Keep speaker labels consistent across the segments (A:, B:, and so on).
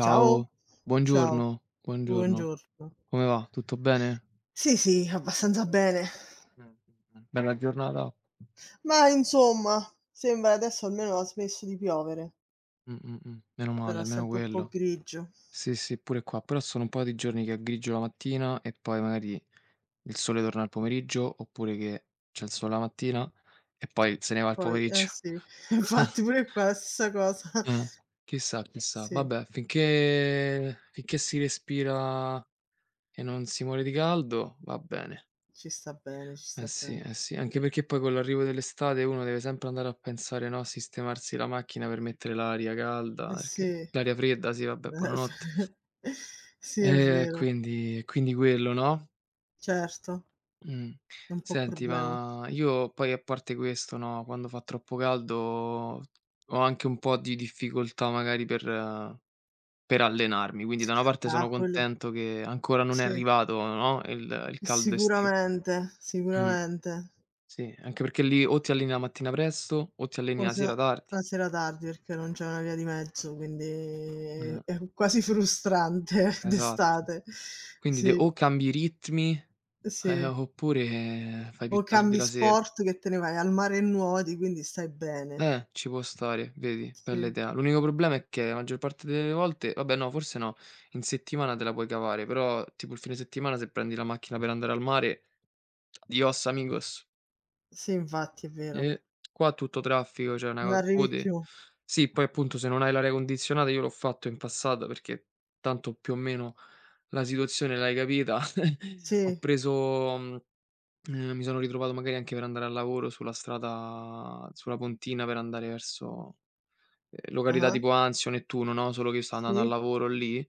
A: Ciao, ciao,
B: buongiorno, buongiorno.
A: buongiorno.
B: Come va? Tutto bene?
A: Sì, sì, abbastanza bene.
B: Mh, mh, Bella giornata?
A: Ma insomma, sembra adesso almeno ha smesso di piovere,
B: Meno male,
A: però è
B: almeno
A: sempre un po'
B: quello.
A: grigio.
B: Sì, sì, pure qua, però sono un po' di giorni che è grigio la mattina e poi magari il sole torna al pomeriggio, oppure che c'è il sole la mattina e poi se ne va al
A: Poi, eh
B: pomeriggio.
A: sì, infatti pure qua è la stessa cosa.
B: Eh, chissà, chissà.
A: Sì,
B: Vabbè, finché si respira e non si muore di caldo, va bene.
A: ci sta bene, ci sta
B: Sì,
A: bene.
B: eh sì, anche perché poi con l'arrivo dell'estate uno deve sempre andare a pensare, no, a sistemarsi la macchina per mettere l'aria calda,
A: Eh sì,
B: perché l'aria fredda, sì vabbè,
A: f
B: buonanotte.
A: sì è
B: Ehm,
A: vero,
B: quindi quindi quello, no?
A: certo,
B: Mh.
A: è un po' un
B: Senti,
A: problema.
B: ma io poi a parte questo, no, quando fa troppo caldo ho anche un po' di difficoltà magari per allenarmi, quindi da una parte
A: Ah,
B: sono
A: quello
B: contento che ancora non è
A: sì,
B: arrivato, no, il caldo estivo.
A: sicuramente,
B: Mh.
A: sicuramente.
B: Sì, anche perché lì o ti alleni la mattina presto o ti alleni
A: O
B: la
A: se no
B: sera tardi.
A: la sera tardi, perché non c'è una via di mezzo, quindi
B: Mh,
A: è quasi frustrante
B: esatto.
A: d'estate.
B: Quindi de
A: Sì,
B: o cambi i ritmi,
A: sì.
B: oppure fai
A: O
B: più tardi
A: cambi
B: la sera.
A: sport che te ne vai al mare e nuoti, quindi stai bene.
B: Ci può stare, vedi, bella
A: Sì,
B: idea. L'unico problema è che la maggior parte delle volte vabbè no, forse no, in settimana te la puoi cavare, però tipo il fine settimana se prendi la macchina per andare al mare, adios amigos.
A: sì infatti è vero.
B: E qua tutto traffico, cioè una
A: Non
B: cosa
A: arrivi
B: code.
A: più.
B: Sì, poi appunto se non hai l'aria condizionata io l'ho fatto in passato perché tanto più o meno la situazione l'hai capita. Ho
A: Sì,
B: preso mhmm, Mi sono ritrovato magari anche per andare al lavoro sulla strada sulla pontina per andare verso, località
A: ah-ah,
B: tipo Anzio, Nettuno, no, solo che io stavo andando al
A: sì,
B: lavoro lì,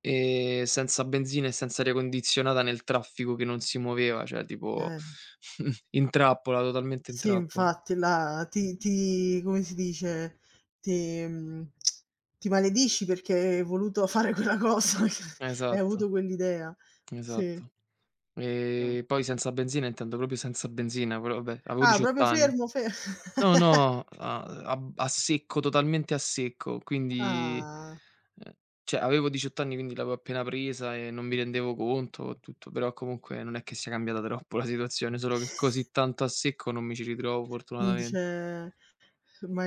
B: senza benzina e senza aria condizionata nel traffico che non si muoveva, cioè tipo
A: eh.
B: in trappola, totalmente in
A: Sì
B: trappola.
A: infatti là ti
B: Mh.
A: ti come si dice, ti mhmm, ti maledici perché hai voluto fare quella cosa, hai avuto
B: Esatto,
A: quell'idea. Sì.
B: esatto.
A: No.
B: Poi senza benzina intendo proprio senza benzina, però vabbè, avevo
A: Ah,
B: 18
A: proprio
B: anni.
A: fermo, fe
B: No, no, a secco, totalmente a secco, quindi
A: ah,
B: ehm, cioè avevo 18 anni, quindi l'avevo appena presa e non mi rendevo conto e tutto, però comunque non è che sia cambiata troppo la situazione, solo che così tanto a secco non mi ci ritrovo
A: non
B: fortunatamen
A: dice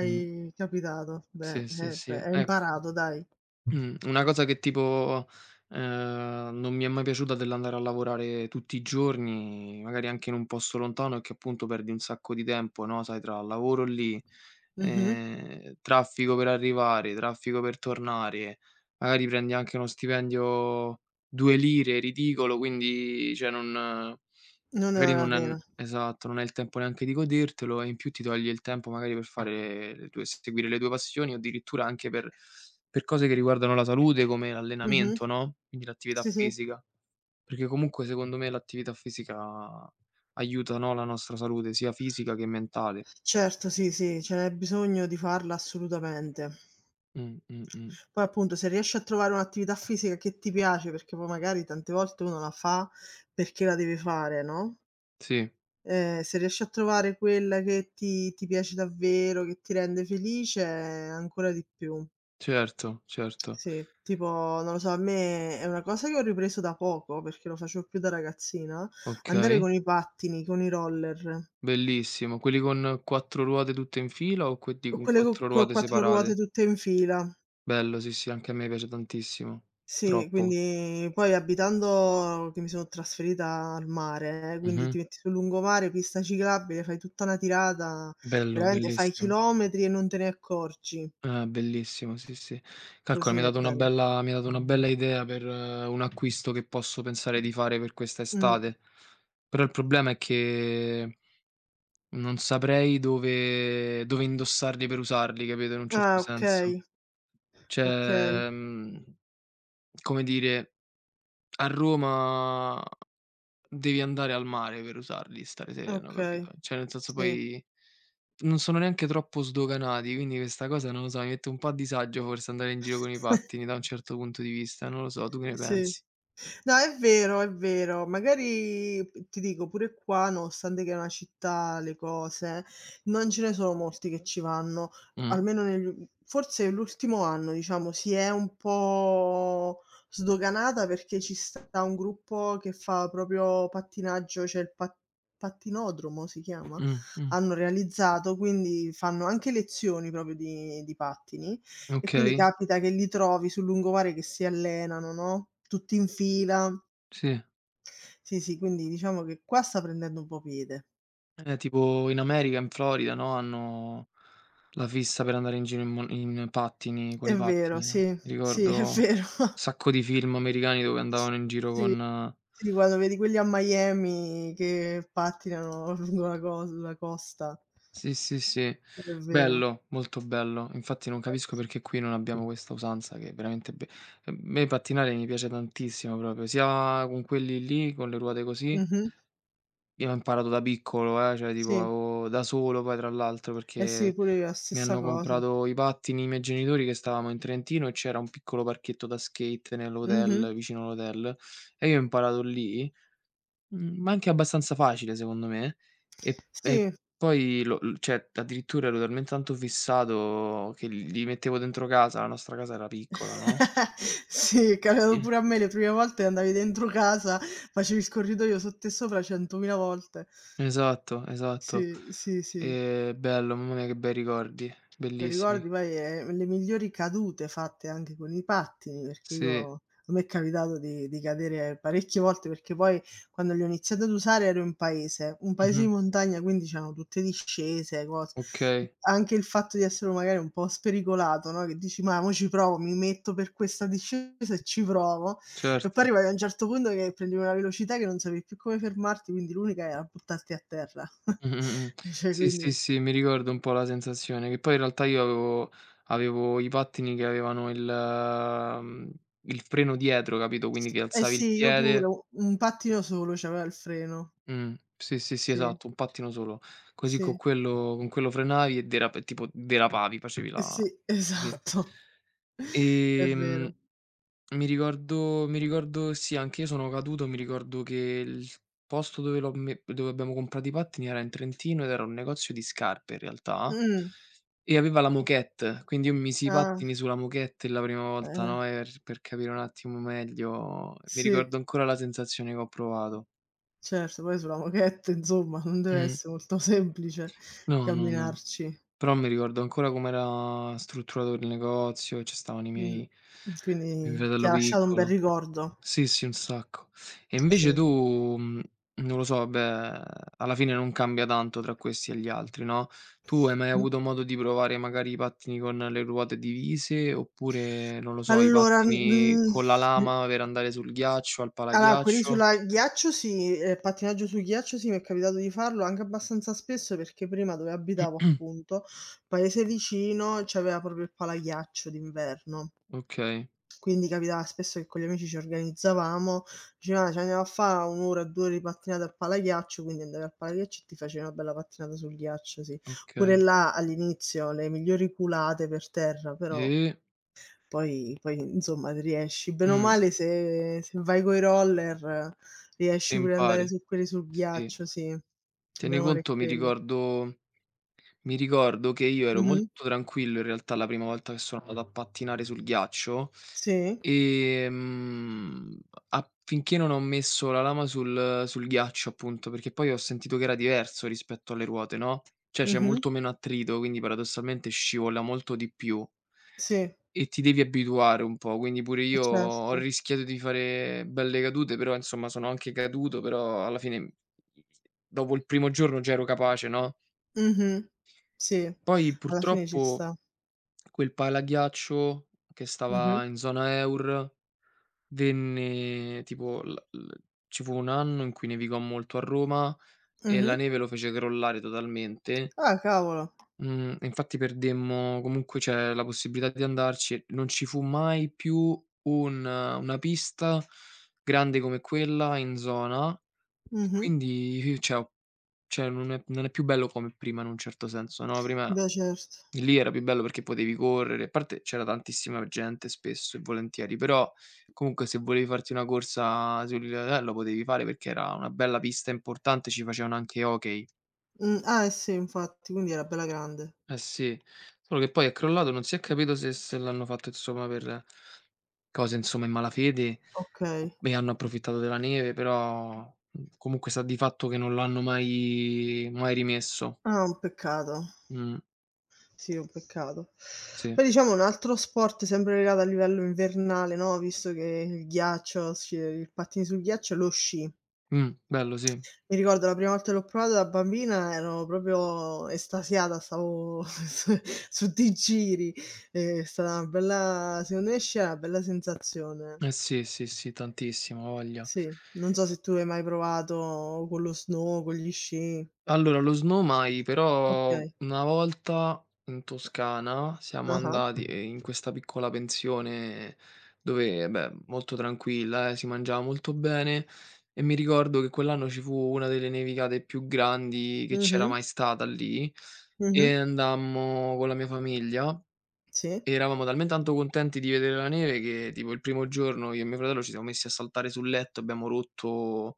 B: Mh.
A: capitato. Beh,
B: Sì, sì,
A: beh,
B: sì,
A: hai
B: ecco.
A: imparato dai.
B: Una cosa che tipo, non mi è mai piaciuta dell'andare a lavorare tutti i giorni, magari anche in un posto lontano, è che appunto perdi un sacco di tempo, no, sai tra lavoro lì,
A: Mh-mh.
B: traffico per arrivare, traffico per tornare, magari prendi anche uno stipendio 2 lire, ridicolo, quindi cioè non.
A: Non ne
B: Magari
A: vale la
B: non
A: pena.
B: han esatto, non hai il tempo neanche di godertelo e in più ti toglie il tempo magari per fare le tue seguire le tue passioni o addirittura anche per cose che riguardano la salute come
A: Mh-mh.
B: l'allenamento, no, quindi l'attività
A: Sì, sì.
B: fisica. Perché comunque secondo me l'attività fisica aiuta, no, la nostra salute sia fisica che mentale.
A: Certo, sì, sì, c'è bisogno di farla assolutamente.
B: Mh, mh, mh.
A: Poi appunto se riesci a trovare un'attività fisica che ti piace, perché poi magari tante volte uno la fa perché la deve fare, no,
B: Sì,
A: se riesci a trovare quella che ti piace davvero, che ti rende felice, ancora di più.
B: certo, certo.
A: Sì, tipo, non lo so, a me è una cosa che ho ripreso da poco, perché lo facevo più da ragazzina, andare
B: Okay,
A: con i pattini, con i roller,
B: bellissimo. Quelli con 4 ruote tutte in fila o quelli
A: o
B: con
A: quelle co
B: 4
A: co
B: ruote
A: 4 ruote
B: separate?
A: tutte in fila.
B: Bello, sì, sì, anche a me piace tantissimo.
A: Sì,
B: Troppo.
A: quindi poi abitando che mi sono trasferita al mare, quindi ti
B: Mh-mh.
A: metti sul lungomare, pista ciclabile, fai tutta una tirata,
B: Bello,
A: veramente fai
B: bellissimo.
A: chilometri e non te ne accorgi.
B: Bellissimo, sì, sì. Calcola,
A: Così
B: mi hai
A: è
B: dato una
A: bello.
B: bella mi hai dato una bella idea per un acquisto che posso pensare di fare per questa
A: Mh.
B: estate. Però il problema è che non saprei dove indossarli per usarli, capito, in un certo
A: Ah,
B: senso.
A: okay, okay,
B: Cioè, come dire, a Roma devi andare al mare per usarli, stare sereno,
A: okay,
B: capito? Cioè nel senso
A: sì.
B: poi non sono neanche troppo sdoganati, quindi questa cosa non lo so, mi mette un po' a disagio forse andare in giro con i pattini da un certo punto di vista, non lo so, tu che ne
A: Sì.
B: pensi?
A: No, è vero, è vero. Magari p ti dico pure qua, nonostante che è una città, le cose, non ce ne sono molti che ci vanno,
B: Mh,
A: almeno negli u forse l'ultimo anno, diciamo, si è un po' sdoganata perché ci sta un gruppo che fa proprio pattinaggio, c'è il pattinodromo si chiama?
B: mh, mh.
A: Hanno realizzato, quindi fanno anche lezioni proprio di pattini e quindi
B: Okay,
A: capita che li trovi sul lungomare che si allenano, no, tutti in fila.
B: sì.
A: Sì, sì, quindi diciamo che qua sta prendendo un po' piede.
B: Tipo in America, in Florida, no, hanno la fissa per andare in giro in mon in pattini con
A: È
B: i
A: vero,
B: pattini, no,
A: sì,
B: mi
A: sì, è
B: ricordo
A: vero.
B: sacco di film americani dove andavano in giro
A: Sì.
B: con.
A: Sì, quando vedi quelli a Miami che pattinano lungo la cos la costa.
B: Sì, sì, sì.
A: È vero.
B: Bello, molto bello. Infatti non capisco perché qui non abbiamo questa usanza che è veramente be a me pattinare mi piace tantissimo proprio, sia con quelli lì, con le ruote così.
A: Mh-mh.
B: Io ho imparato da piccolo, cioè tipo
A: Sì.
B: avevo da solo poi tra l'altro,
A: Eh sì,
B: perché
A: pure io la
B: mi
A: stessa
B: hanno
A: cosa.
B: comprato i pattini i miei genitori che stavamo in Trentino e c'era un piccolo parchetto da skate
A: Mh-mh.
B: nell'hotel vicino all'hotel e io ho imparato lì. Ma anche abbastanza facile secondo me e
A: Sì.
B: poi lo l cioè addirittura ero talmente tanto fissato che li mettevo dentro casa, la nostra casa era piccola, no,
A: Sì, è capitato
B: sì.
A: pure a me le prime volte andavi dentro casa, facevi il corridoio sotto e sopra 100.000 volte.
B: Esatto, esatto.
A: Sì, sì, sì.
B: Bello, mamma mia che bei ricordi,
A: Mi
B: bellissimi.
A: ricordi poi, le migliori cadute fatte anche con i pattini, perché
B: Sì,
A: io a me è capitato di cadere parecchie volte, perché poi quando li ho iniziati ad usare ero in paese, un paese di
B: mh-mh,
A: montagna, quindi c'erano tutte discese, cos
B: okay,
A: anche il fatto di essere magari un po' spericolato, no, che dici: "Ma mo ci provo, mi metto per questa discesa e ci provo." E
B: certo.
A: poi arrivavi a un certo punto che prendevi una velocità che non sapevi più come fermarti, quindi l'unica era buttarti a terra.
B: Mh.
A: Cioè,
B: Sì, sì,
A: quindi
B: sì, mi ricordo un po' la sensazione, che poi in realtà io avevo i pattini che avevano il freno dietro, capito, quindi che
A: eh
B: alzavi il
A: sì, io pure,
B: piede.
A: u un pattino solo c'aveva il freno.
B: Mh. Sì, sì, sì,
A: Sì,
B: esatto, un pattino solo. Così
A: sì,
B: con quello frenavi e derap tipo derapavi, facevi
A: eh sì,
B: la capi.
A: esatto. È
B: Ehm,
A: vero.
B: mi ricordo sì, anch'io sono caduto, mi ricordo che il posto dove l'ho me dove abbiamo comprato i pattini era in Trentino ed era un negozio di scarpe in realtà,
A: Mh,
B: e aveva la moquette, quindi io misi i
A: ah,
B: pattini sulla moquette la prima volta,
A: eh,
B: no, er per capire un attimo meglio mi
A: sì,
B: ricordo ancora la sensazione che ho provato.
A: certo, poi sulla moquette insomma non deve
B: Mh.
A: essere molto semplice
B: No, no, no.
A: camminarci.
B: Però mi ricordo ancora com'era strutturato il negozio, ci stavano i miei
A: Mh,
B: mio
A: quindi ti
B: fratello
A: ha lasciato un bel
B: piccolo.
A: ricordo.
B: Sì, sì, un sacco. E invece
A: Sì.
B: tu, non lo so, vabbè, alla fine non cambia tanto tra questi e gli altri, no, tu hai mai
A: Mh,
B: avuto modo di provare magari i pattini con le ruote divise, oppure, non lo so, i
A: allora,
B: pattini
A: mhmm
B: con la
A: l
B: lama per andare sul ghiaccio, al
A: Allora, quelli
B: palaghiaccio?
A: sulla ghiaccio sì, pattinaggio sul ghiaccio sì, mi è capitato di farlo anche abbastanza spesso, perché prima dove abitavo appunto, paese vicino, c'aveva proprio il palaghiaccio d'inverno.
B: Okay,
A: Quindi capitava spesso che con gli amici ci organizzavamo, dicevamo: "Ah, ci andiamo a fa' 1 ora, 2 ore di pattinata al palaghiaccio", quindi andavi al palaghiaccio e ti facevi una bella pattinata sul ghiaccio, sì. Pure
B: okay.
A: là all'inizio le migliori culate per terra, però
B: E
A: poi insomma riesci bene o
B: mh,
A: male se vai coi roller, riesci pure ad andare
B: impari.
A: su quelli sul
B: Sì.
A: ghiaccio, sì.
B: Tieni
A: Bene o male è
B: conto, mi
A: quello.
B: ricordo. Mi ricordo che io ero
A: Mh-mh.
B: molto tranquillo in realtà la prima volta che sono andato a pattinare sul ghiaccio,
A: Sì.
B: ehm, a finché non ho messo la lama sul ghiaccio appunto, perché poi ho sentito che era diverso rispetto alle ruote, no, cioè c'è
A: Mh-mh.
B: molto meno attrito, quindi paradossalmente scivola molto di più
A: Sì,
B: e ti devi abituare un po', quindi pure
A: eh
B: io ho
A: certo.
B: rischiato di fare belle cadute, però insomma sono anche caduto, però alla fine dopo il primo giorno già ero capace, no.
A: Mh-mh. Sì,
B: Poi
A: alla fine ci
B: purtroppo
A: sta.
B: quel palaghiaccio che
A: Mh-mh.
B: stava in zona EUR venne tipo l l ci fu un anno in cui nevicò molto a Roma e la
A: Mh-mh.
B: neve lo fece crollare totalmente.
A: Ah, cavolo.
B: Mhmm, e infatti perdemmo comunque cioè, la possibilità di andarci e non ci fu mai più un una pista grande come quella in zona e
A: Mh-mh.
B: quindi cioè ho cioè non è più bello come prima in un certo senso, no, prima.
A: Beh, certo.
B: Lì era più bello perché potevi correre, a parte c'era tantissima gente spesso e volentieri, però comunque se volevi farti una corsa sul lo potevi fare perché era una bella pista importante, ci facevano anche hockey.
A: Ah, eh sì, infatti, quindi era bella grande.
B: Eh sì, solo che poi è crollato, non si è capito se l'hanno fatto insomma per cose insomma in malafede o
A: Okay.
B: e hanno approfittato della neve, però, comunque sta di fatto che non l'hanno mai mai rimesso.
A: Ah, un peccato.
B: Mh,
A: Sì, è un peccato.
B: sì.
A: Poi diciamo un altro sport sempre legato a livello invernale, no, visto che il ghiaccio, sci il pattini sul ghiaccio, è lo sci.
B: Bello sì.
A: Mi ricordo la prima volta che l'ho provato da bambina ero proprio estasiata, stavo s su 'sti giri. È stata una bella secondo me sci è una bella sensazione.
B: Eh sì, sì, sì, tantissimo, ha voglia.
A: Sì, non so se tu hai mai provato con lo snow, con gli sci.
B: Allora, lo snow mai, però
A: Okay.
B: una volta in Toscana siamo
A: Ah-ah.
B: andati, in questa piccola pensione dove, beh, molto tranquilla, si mangiava molto bene e mi ricordo che quell'anno ci fu una delle nevicate più grandi che c'era
A: Mh-mh,
B: mai stata lì
A: mh-mh.
B: e andammo con la mia famiglia.
A: Sì.
B: Eravamo talmente tanto contenti di vedere la neve che tipo il primo giorno io e mio fratello ci siamo messi a saltare sul letto, abbiamo rotto,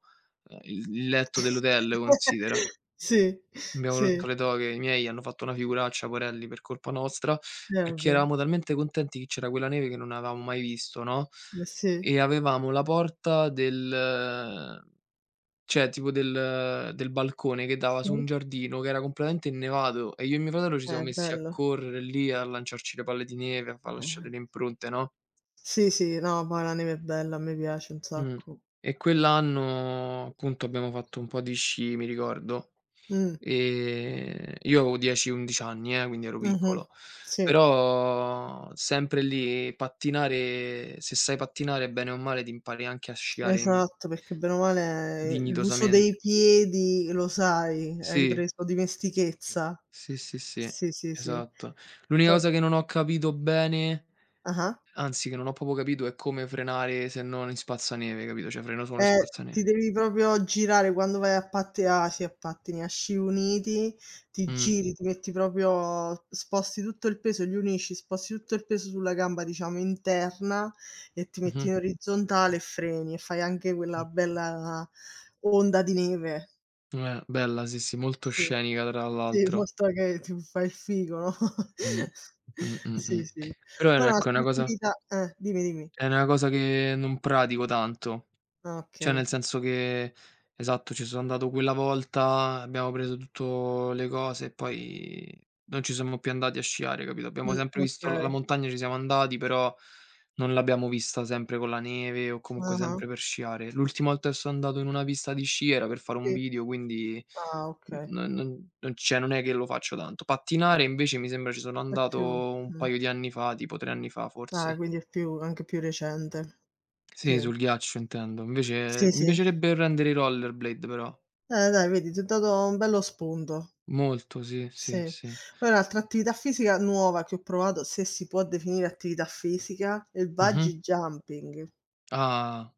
B: il letto dell'hotel, considera.
A: Sì,
B: Abbiamo
A: sì.
B: rotto le doghe, i miei hanno fatto una figuraccia, porelli, per colpa nostra, perché
A: Vabbè.
B: eravamo talmente contenti che c'era quella neve che non avevamo mai visto, no,
A: Ma sì,
B: e avevamo la porta del cioè, tipo del balcone che dava su un
A: sì,
B: giardino che era completamente innevato e io e mio fratello ci siamo
A: è
B: messi a
A: bello.
B: correre lì, a lanciarci le palle di neve, a far lasciare
A: Eh-eh.
B: le impronte, no.
A: Sì, sì, no, poi la neve è bella, a me piace un
B: Mh.
A: sacco.
B: E quell'anno appunto abbiamo fatto un po' di sci, mi ricordo,
A: Mh,
B: io avevo 10, 11 anni quindi ero
A: mh-mh.
B: piccolo,
A: Sì,
B: però sempre lì pattinare se sai pattinare bene o male ti impari anche a sciare,
A: esatto, perché bene o male l'uso
B: dignitosamente.
A: dei piedi lo sai, hai
B: Sì.
A: preso dimestichezza.
B: Sì, sì, sì,
A: Sì, sì, sì.
B: esatto. L'unica
A: Poi
B: cosa che non ho capito bene,
A: ah-ah.
B: anzi che non ho proprio capito è come frenare se non in spazzaneve, capito, cioè freno solo in
A: Ti
B: spazzaneve.
A: devi proprio girare quando vai a sì, a pattini, a sci uniti, ti
B: Mh,
A: giri, ti metti proprio sposti tutto il peso, li unisci, sposti tutto il peso sulla gamba, diciamo, interna e ti metti
B: mh-mh,
A: in orizzontale e freni e fai anche quella
B: mh.
A: bella onda di neve.
B: Bella, sì, sì, molto
A: Sì,
B: scenica tra
A: sì,
B: l'altro.
A: mostra che ti fai il figo, no.
B: Mh. Mh, mh,
A: Sì,
B: mh.
A: sì.
B: Però
A: Poi la
B: ecco, è una cosa
A: sportività, dimmi, dimmi.
B: è una cosa che non pratico tanto.
A: Ah,
B: Cioè, nel
A: okay.
B: senso che esatto, ci sono andato quella volta, abbiamo preso tutto le cose e poi non ci siamo più andati a sciare, capito? Abbiamo sempre visto la
A: Okay.
B: montagna ci siamo andati, però non l'abbiamo vista sempre con la neve o comunque
A: Ah-ah,
B: sempre per sciare. L'ultima volta che sono andato in una pista di sci era per fare un
A: sì.
B: video, quindi
A: Ah, okay.
B: non cioè, non è che lo faccio tanto. Pattinare invece mi sembra ci sono
A: È
B: andato
A: più
B: un
A: mh.
B: paio di anni fa, tipo 3 anni fa
A: Ah,
B: forse.
A: quindi è più anche più recente.
B: Sì,
A: Sì.
B: sul ghiaccio intendo. Invece
A: Sì,
B: mi
A: sì.
B: piacerebbe rendere i rollerblade però.
A: Dai vedi, ti ho dato un bello spunto.
B: Molto, sì, sì,
A: Sì.
B: sì.
A: Poi un'altra attività fisica nuova che ho provato, se si può definire attività fisica, è il
B: Mh-mh.
A: bungee jumping.
B: Ah,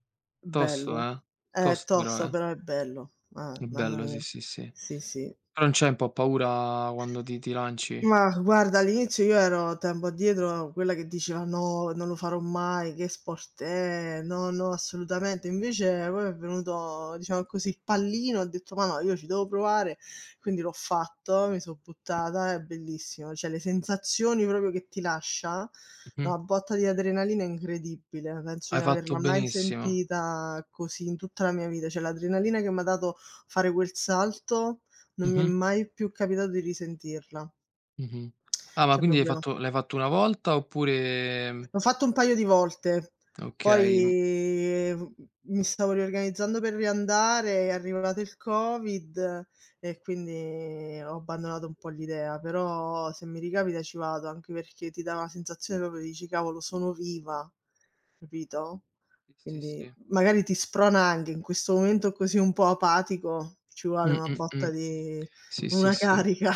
B: tosto,
A: Bello.
B: eh.
A: È
B: Tosto però,
A: tosto
B: eh.
A: però è bello. Ah,
B: È
A: mamma
B: bello, sì,
A: mia.
B: sì, sì.
A: Sì,
B: Però
A: sì.
B: non c'hai un po' paura quando ti lanci?
A: Mah, guarda, all'inizio io ero tempo addietro quella che diceva: "No, non lo farò mai, che sport è? No, no, assolutamente." Invece poi è venuto, diciamo così, il pallino, ho detto: "Ma no, io ci devo provare." Quindi l'ho fatto, mi so' buttata, è bellissimo. Cioè, le sensazioni proprio che ti lascia,
B: Mh-mh.
A: una botta di adrenalina incredibile, penso di
B: Hai
A: non
B: fatto
A: averla mai
B: benissimo.
A: sentita così in tutta la mia vita. Cioè, l'adrenalina che m'ha dato fare quel salto, non mi è
B: Mh-mh,
A: mai più capitato di risentirla.
B: mh-mh. Ah, ma
A: Cioè
B: quindi hai
A: proprio
B: fatto l'hai fatto una volta oppure
A: l'ho fatto un paio di volte,
B: okay,
A: poi v mi stavo riorganizzando per riandare, è arrivato il Covid e quindi ho abbandonato un po' l'idea, però se mi ricapita ci vado, anche perché ti dà una sensazione proprio dici: "Cavolo sono viva", capito?
B: sì, sì,
A: Quindi
B: sì.
A: magari ti sprona anche in questo momento così un po' apatico, ci vuole
B: Mh,
A: una
B: mh, mh.
A: botta di
B: Sì, sì,
A: una
B: sì.
A: carica.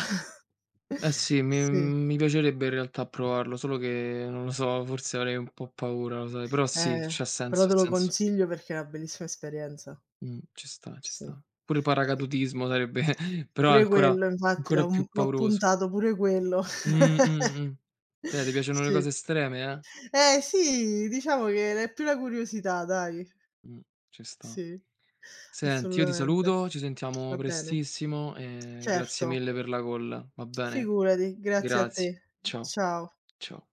B: Eh sì, mi
A: Sì.
B: mi piacerebbe in realtà provarlo, solo che non lo so, forse avrei un po' paura, lo sai, però sì,
A: Eh,
B: c'ha
A: però
B: senso, ha
A: te lo
B: senso.
A: consiglio perché è una bellissima esperienza.
B: Ci sta, ci
A: Sì,
B: sta. Pure il
A: sì.
B: paracadutismo sarebbe però è
A: Pure
B: ancora
A: quello infatti
B: ancora
A: l'ho mhmm,
B: più
A: l'ho
B: pauroso.
A: puntato pure quello.
B: Mh, mh, ti piacciono le
A: Sì.
B: cose estreme, eh?
A: Eh sì, diciamo che è più la curiosità dai.
B: Mh, ci sta.
A: Sì,
B: Senti, io ti
A: assolutamente.
B: saluto, ci sentiamo
A: Va bene.
B: prestissimo e
A: Certo,
B: grazie mille per la call, va bene?
A: figurati, grazie a
B: Grazie.
A: te.
B: Ciao,
A: Ciao.
B: ciao.